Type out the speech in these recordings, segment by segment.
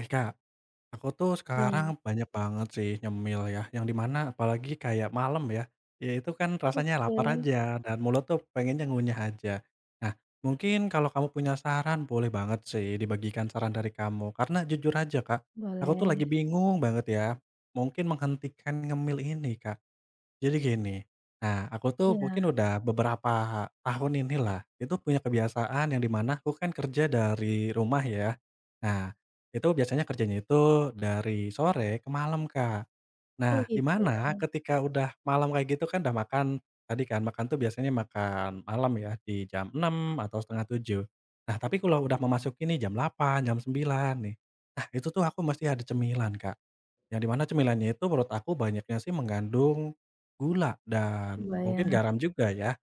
Eh, Kak, aku tuh Iya, sekarang banyak banget sih nyemil ya, yang di mana apalagi kayak malam ya, ya itu kan rasanya lapar oke, aja dan mulut tuh pengennya ngunyah aja. Nah, mungkin kalau kamu punya saran boleh banget sih dibagikan saran dari kamu karena jujur aja, Kak, aku tuh lagi boleh, bingung banget ya, mungkin menghentikan ngemil ini, Kak. Jadi gini, nah aku tuh iya. mungkin udah beberapa tahun inilah, itu punya kebiasaan yang di mana aku kan kerja dari rumah ya. Nah, itu biasanya kerjanya itu dari sore ke malam, Kak. Oh Nah, di gitu, mana ketika udah malam kayak gitu kan udah makan, tadi kan makan tuh biasanya makan malam ya di jam 6 atau setengah 7. Nah, tapi kalau udah memasuki nih jam 8 jam 9 nih. Nah, itu tuh aku mesti ada cemilan, Kak. Yang di mana cemilannya itu menurut aku banyaknya sih mengandung gula dan mungkin kebayang, garam juga ya,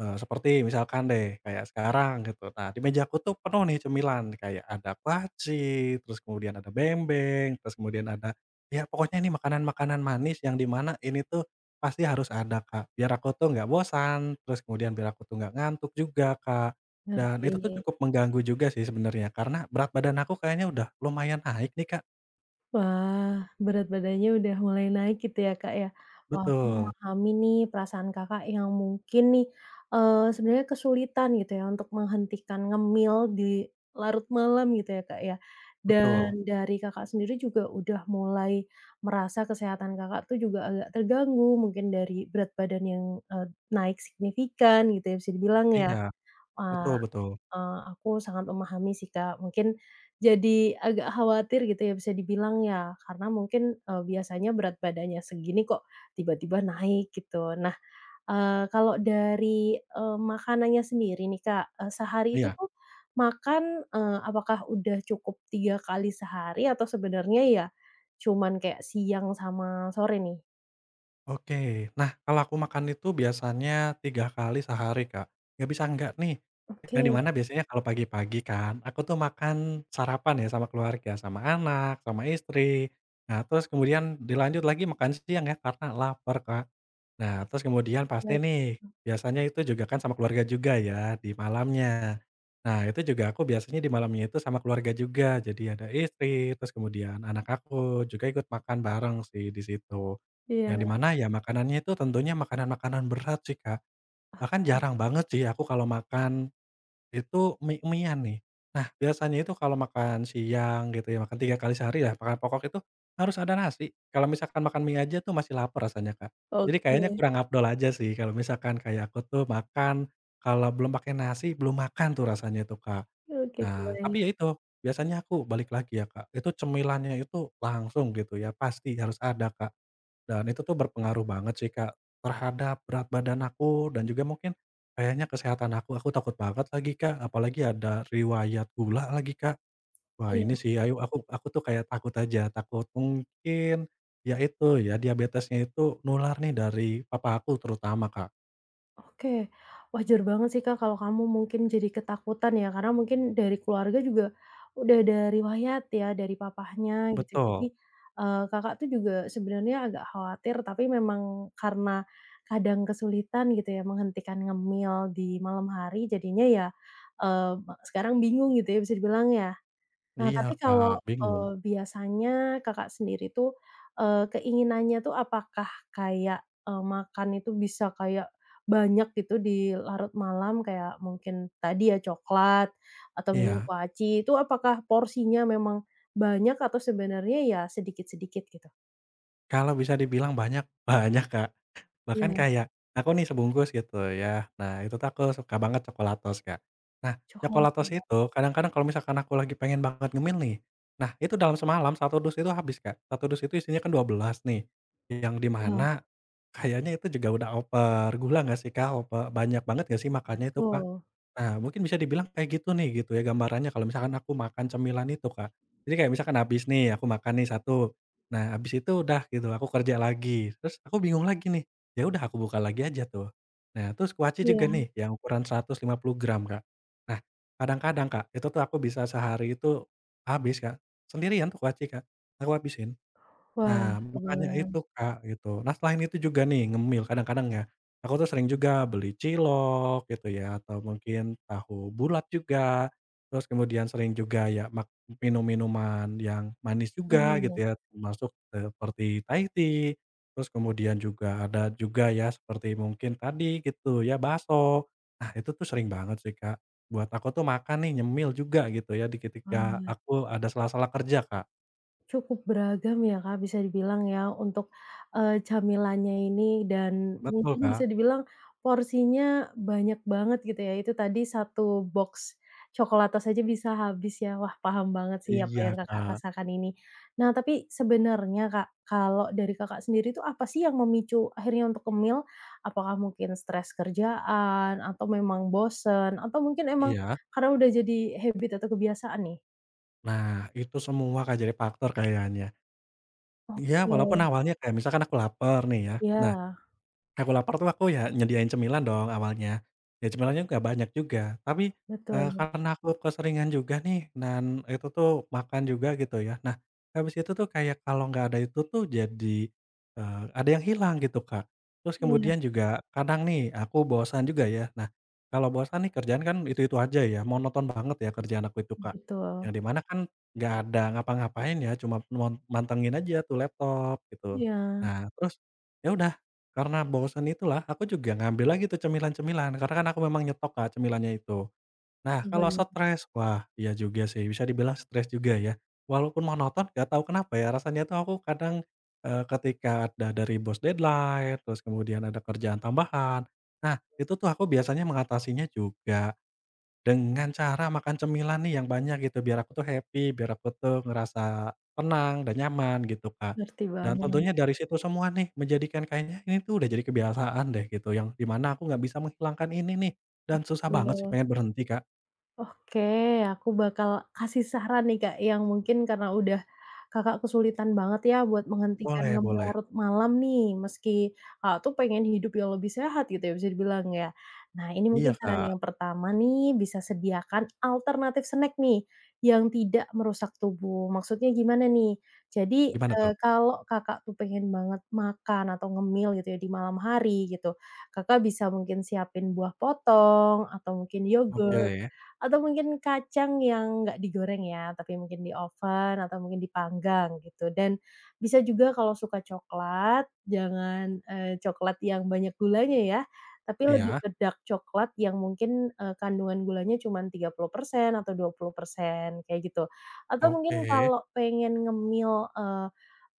seperti misalkan deh kayak sekarang gitu, nah di mejaku tuh penuh nih cemilan kayak ada kuaci, terus kemudian ada bembeng, terus kemudian ada ya pokoknya ini makanan-makanan manis yang di mana ini tuh pasti harus ada Kak, biar aku tuh nggak bosan, terus kemudian biar aku tuh nggak ngantuk juga Kak, dan ngerti. itu tuh cukup mengganggu juga sih sebenarnya karena berat badan aku kayaknya udah lumayan naik nih Kak. Wah, berat badannya udah mulai naik gitu ya, Kak, ya. Wah, aku Betul memahami nih perasaan Kakak yang mungkin nih, sebenarnya kesulitan gitu ya untuk menghentikan ngemil di larut malam gitu ya, Kak, ya. betul. Dan dari Kakak sendiri juga udah mulai merasa kesehatan Kakak tuh juga agak terganggu, mungkin dari berat badan yang, eee, naik signifikan gitu ya bisa dibilang ya. Iya, betul Wah betul. Aku sangat memahami sih, Kak. Mungkin jadi agak khawatir gitu ya bisa dibilang ya, karena mungkin, biasanya berat badannya segini kok tiba-tiba naik gitu. Nah, kalau dari, makanannya sendiri nih, Kak, sehari itu Iya, tuh makan, apakah udah cukup 3 kali sehari atau sebenarnya ya cuman kayak siang sama sore nih? oke. Nah, kalau aku makan itu biasanya 3 kali sehari, Kak. Nggak bisa enggak nih, yang di Oke, mana biasanya kalau pagi-pagi kan, aku tuh makan sarapan ya sama keluarga, sama anak, sama istri. Nah, terus kemudian dilanjut lagi makan siang ya, karena lapar, Kak. Nah, terus kemudian pasti baik. nih, biasanya itu juga kan sama keluarga juga ya, di malamnya. Nah, itu juga aku biasanya di malamnya itu sama keluarga juga. Jadi ada istri, terus kemudian anak aku juga ikut makan bareng sih di situ. Yang di Iya, mana ya makanannya itu tentunya makanan-makanan berat sih, Kak. Bahkan jarang banget sih aku kalau makan itu mie mie-an nih. Nah, biasanya itu kalau makan siang gitu ya, makan 3 kali sehari ya, makan pokok itu harus ada nasi. Kalau misalkan makan mie aja tuh masih lapar rasanya, Kak. Jadi kayaknya oke. kurang afdol aja sih kalau misalkan kayak aku tuh makan, kalau belum pakai nasi, belum makan tuh rasanya tuh, Kak. Oke, Nah, kebayang. tapi ya itu, biasanya aku balik lagi ya, Kak, itu cemilannya itu langsung gitu ya, pasti harus ada, Kak. Dan itu tuh berpengaruh banget sih, Kak, terhadap berat badan aku dan juga mungkin kayaknya kesehatan aku. Aku takut banget lagi, Kak, apalagi ada riwayat gula lagi, Kak. Wah, Iya. ini sih ayu aku tuh kayak takut aja, takut mungkin ya itu ya diabetesnya itu nular nih dari papa aku terutama, Kak. Oke, wajar banget sih Kak kalau kamu mungkin jadi ketakutan ya, karena mungkin dari keluarga juga udah ada riwayat ya, dari papahnya gitu. Jadi, Betul. Kakak tuh juga sebenarnya agak khawatir, tapi memang karena kadang kesulitan gitu ya menghentikan ngemil di malam hari, jadinya ya, eee, sekarang bingung gitu ya bisa dibilang ya? Nah, Iya, tapi Kak, kalau, bingung. Biasanya Kakak sendiri tuh, keinginannya tuh apakah kayak, makan itu bisa kayak banyak gitu di larut malam, kayak mungkin tadi ya coklat atau mungkin Iya. kuaci, itu apakah porsinya memang banyak atau sebenarnya ya sedikit-sedikit gitu? Kalau bisa dibilang banyak, banyak, Kak. Bahkan Iya, kayak aku nih sebungkus gitu ya, nah itu tuh aku suka banget coklatos, Kak. Nah, coklat, coklatos Mbak. itu kadang-kadang kalau misalkan aku lagi pengen banget ngemil nih, nah itu dalam semalam satu dus itu habis, Kak. Satu dus itu isinya kan 12 nih, yang di Iya. mana kayaknya itu juga udah over gula nggak sih, Kak? Over banyak banget nggak sih makannya itu, Kak? Betul. Nah, mungkin bisa dibilang kayak gitu nih gitu ya gambarannya kalau misalkan aku makan cemilan itu, Kak. Jadi kayak misalkan habis nih, aku makan nih 1. Nah, habis itu udah gitu, aku kerja lagi. Terus aku bingung lagi nih, ya udah aku buka lagi aja tuh. Nah, terus kuaci juga Iya, nih yang ukuran 150 gram, Kak. Nah, kadang-kadang, Kak, itu tuh aku bisa sehari itu habis, Kak. Sendirian tuh kuaci, Kak, aku habisin. wah, Nah, makanya kebayang. itu, Kak, gitu. Nah, selain itu juga nih ngemil kadang-kadang ya, aku tuh sering juga beli cilok gitu ya, atau mungkin tahu bulat juga, terus kemudian sering juga ya minum minuman yang manis juga gitu Wanginya, ya, termasuk seperti Thai tea, terus kemudian juga ada juga ya seperti mungkin tadi gitu ya, bakso. Nah, itu tuh sering banget sih, Kak. Buat aku tuh makan nih, nyemil juga gitu ya di ketika wah. aku ada sela-sela kerja, Kak. Cukup beragam ya Kak, bisa dibilang ya untuk, camilannya ini dan Betul, mungkin bisa Kak. dibilang porsinya banyak banget gitu ya, itu tadi satu box coklatos aja bisa habis ya. Wah paham banget sih apa yang Iya, Kakak Kak. rasakan ini. Nah tapi sebenarnya Kak, kalau dari Kakak sendiri itu apa sih yang memicu akhirnya untuk kemil? Apakah mungkin stres kerjaan atau memang bosen atau mungkin emang Iya. karena udah jadi habit atau kebiasaan nih? Nah, itu semua, Kak, jadi faktor kayaknya. Iya, Oke, walaupun awalnya kayak misalkan aku lapar nih ya. Nah, ya. aku lapar tuh aku ya nyediain cemilan dong awalnya. Ya cemilannya nggak banyak juga, tapi, Betul, karena aku keseringan juga nih dan itu tuh makan juga gitu ya. Nah, habis itu tuh kayak kalau nggak ada itu tuh jadi, ada yang hilang gitu, Kak. Terus iya, kemudian juga kadang nih aku bosan juga ya. Nah, kalau bosan nih kerjaan kan itu-itu aja ya, monoton banget ya kerjaan aku itu, Kak. betul, Yang di mana kan nggak ada ngapa-ngapain ya, cuma mantengin aja tuh laptop gitu. iya, Nah terus, ya udah karena bosen itulah, aku juga ngambil lagi tuh cemilan-cemilan, karena kan aku memang nyetok Kak, cemilannya itu. Nah, kalau kebayang, stres, wah iya juga sih, bisa dibilang stres juga ya. Walaupun monoton, gak tahu kenapa ya, rasanya tuh aku kadang, ketika ada dari bos deadline, terus kemudian ada kerjaan tambahan. Nah, itu tuh aku biasanya mengatasinya juga dengan cara makan cemilan nih yang banyak gitu, biar aku tuh happy, biar aku tuh ngerasa tenang dan nyaman gitu, Kak. ngerti Dan banget, tentunya dari situ semua nih menjadikan kayaknya ini tuh udah jadi kebiasaan deh gitu, yang di mana aku nggak bisa menghilangkan ini nih, dan susah banget sih betul. pengen berhenti, Kak. Oke, aku bakal kasih saran nih, Kak, yang mungkin karena udah Kakak kesulitan banget ya buat menghentikan Boleh ngemil boleh. larut malam nih, meski Kakak tuh pengen hidup yang lebih sehat gitu ya, bisa dibilang ya. Nah, ini Iya, mungkin saran yang Kak. pertama nih, bisa sediakan alternatif snack nih, yang tidak merusak tubuh. Maksudnya gimana nih? Jadi, Gimana tuh? Kalau Kakak tuh pengen banget makan atau ngemil gitu ya di malam hari gitu, Kakak bisa mungkin siapin buah potong atau mungkin yogurt Oke. atau mungkin kacang yang nggak digoreng ya, tapi mungkin di oven atau mungkin dipanggang gitu. Dan bisa juga kalau suka coklat, jangan, coklat yang banyak gulanya ya, tapi lebih Iya, ke dark coklat yang mungkin, kandungan gulanya cuma 30% atau 20% kayak gitu. Atau oke. mungkin kalau pengen ngemil,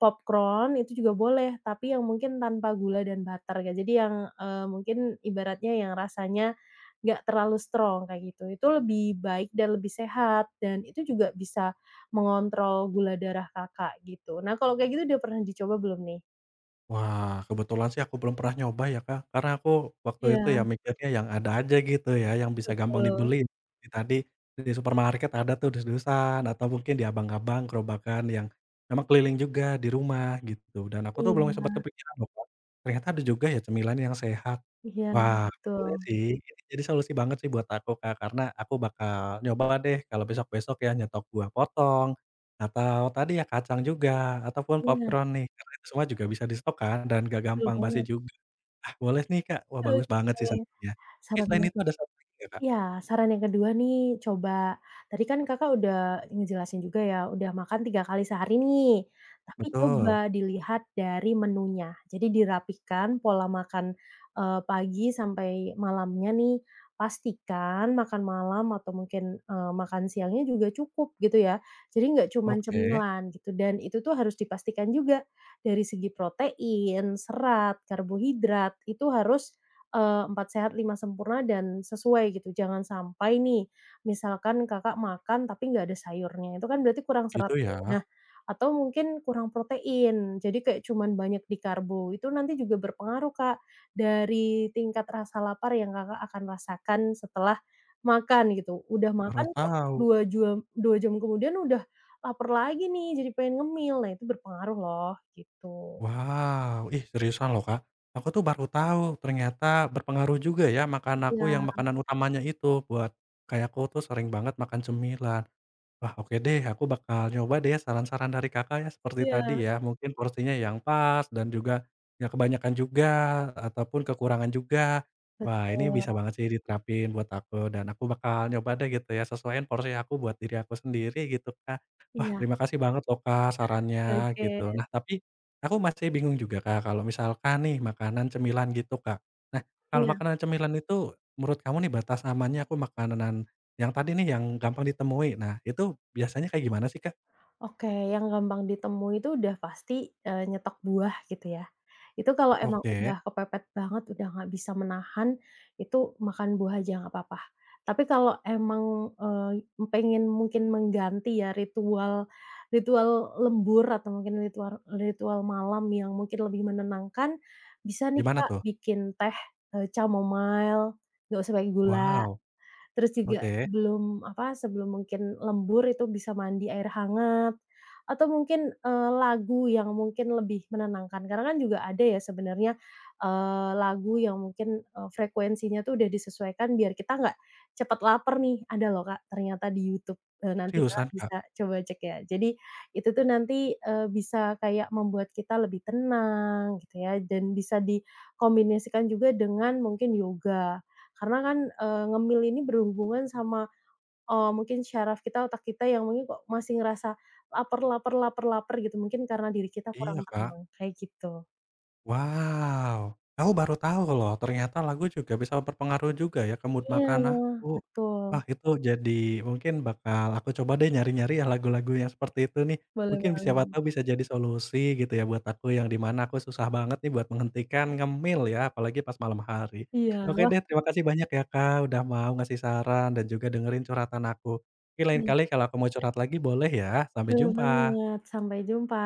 popcorn itu juga boleh, tapi yang mungkin tanpa gula dan butter ya. Jadi yang, mungkin ibaratnya yang rasanya nggak terlalu strong kayak gitu. Itu lebih baik dan lebih sehat, dan itu juga bisa mengontrol gula darah Kakak gitu. Nah kalau kayak gitu udah pernah dicoba belum nih? Wah, kebetulan sih aku belum pernah nyoba ya, Kak, karena aku waktu itu ya Iya, mikirnya yang ada aja gitu ya, yang bisa gampang betul. dibeli. Di tadi di supermarket ada tuh dus-dusan atau mungkin di abang-abang gerobakan yang memang keliling juga di rumah gitu, dan aku tuh belum Iya sempat kepikiran loh, Kak, ternyata ada juga ya cemilan yang sehat. iya, Wah, boleh betul. sih, ini jadi solusi banget sih buat aku, Kak, karena aku bakal nyoba deh kalau besok-besok ya nyetok buah potong, atau tadi ya kacang juga, ataupun Iya, popcorn nih, karena itu semua juga bisa di-stok kan dan gak betul gampang basi banget. juga. Ah, boleh nih, Kak, wah bagus banget sih Oke. sarannya. Oke, Saran selain itu ada satu lagi nggak, Kak? iya, saran yang kedua nih, coba tadi kan Kakak udah ngejelasin juga ya, udah makan 3 kali sehari nih, tapi Betul, coba dilihat dari menunya. Jadi dirapikan pola makan, pagi sampai malamnya nih, pastikan makan malam atau mungkin, makan siangnya juga cukup gitu ya. Jadi nggak cuman oke, cemilan gitu dan itu tuh harus dipastikan juga dari segi protein, serat, karbohidrat, itu harus 4 sehat 5 sempurna dan sesuai gitu. Jangan sampai nih, misalkan Kakak makan tapi nggak ada sayurnya, itu kan berarti kurang serat gitu ya, ya. Nah, atau mungkin kurang protein, jadi kayak cuman banyak di karbo, itu nanti juga berpengaruh, Kak, dari tingkat rasa lapar yang Kakak akan rasakan setelah makan gitu. Udah baru makan kok tahu. 2 jam 2 jam kemudian udah lapar lagi nih, jadi pengen ngemil. Nah, itu berpengaruh loh, gitu. Wow, ih seriusan loh Kak, aku tuh baru tahu ternyata berpengaruh juga ya makan aku Iya yang makanan utamanya itu buat kayak aku tuh sering banget makan cemilan. Wah, oke deh, aku bakal nyoba deh saran-saran dari Kakak ya seperti iya, tadi iya, ya, mungkin porsinya yang pas dan juga nggak kebanyakan juga ataupun kekurangan juga. Wah, ini bisa betul. banget sih diterapin buat aku dan aku bakal nyoba deh gitu ya, sesuaiin porsi aku buat diri aku sendiri gitu, Kak. Wah, Iya. terima kasih banget loh, Kak, sarannya Oke. gitu. Nah, tapi aku masih bingung juga, Kak, kalau misalkan nih makanan cemilan gitu, Kak. Nah, kalau Iya, makanan cemilan itu menurut kamu nih batas amannya aku makanan yang tadi nih, yang gampang ditemui. Nah, itu biasanya kayak gimana sih, Kak? oke, yang gampang ditemui itu udah pasti, nyetok buah gitu ya. Itu kalau emang Oke, udah kepepet banget, udah nggak bisa menahan, itu makan buah aja nggak apa-apa. Tapi kalau emang, eee, pengen mungkin mengganti ya ritual ritual lembur atau mungkin ritual ritual malam yang mungkin lebih menenangkan, bisa nih gimana Kak tuh? bikin teh, chamomile, nggak usah pakai gula. Wow, Terus juga oke. sebelum apa, sebelum mungkin lembur itu bisa mandi air hangat, atau mungkin, lagu yang mungkin lebih menenangkan. Karena kan juga ada ya sebenarnya, lagu yang mungkin, frekuensinya tuh udah disesuaikan biar kita nggak cepet lapar nih, ada loh Kak ternyata di YouTube, nanti Kakak Seriusan, Kak? bisa coba cek ya. Jadi itu tuh nanti, bisa kayak membuat kita lebih tenang gitu ya, dan bisa dikombinasikan juga dengan mungkin yoga. Karena kan, ngemil ini berhubungan sama, mungkin syaraf kita, otak kita yang mungkin kok masih ngerasa lapar lapar lapar lapar gitu, mungkin karena diri kita Iya, kurang Kak. tenang, kayak gitu. Wow, aku baru tahu loh ternyata lagu juga bisa berpengaruh juga ya ke mood Iya, makan aku. betul. Wah itu jadi mungkin bakal aku coba deh nyari-nyari ya lagu-lagu yang seperti itu nih. Boleh Mungkin siapa banget. tahu bisa jadi solusi gitu ya buat aku yang dimana aku susah banget nih buat menghentikan ngemil ya, apalagi pas malam hari. Iya, Oke deh, terima kasih banyak ya Kak udah mau ngasih saran dan juga dengerin curhatan aku. Oke lain kali kalau aku mau curhat lagi boleh ya. Sampai boleh jumpa. banget. Sampai jumpa.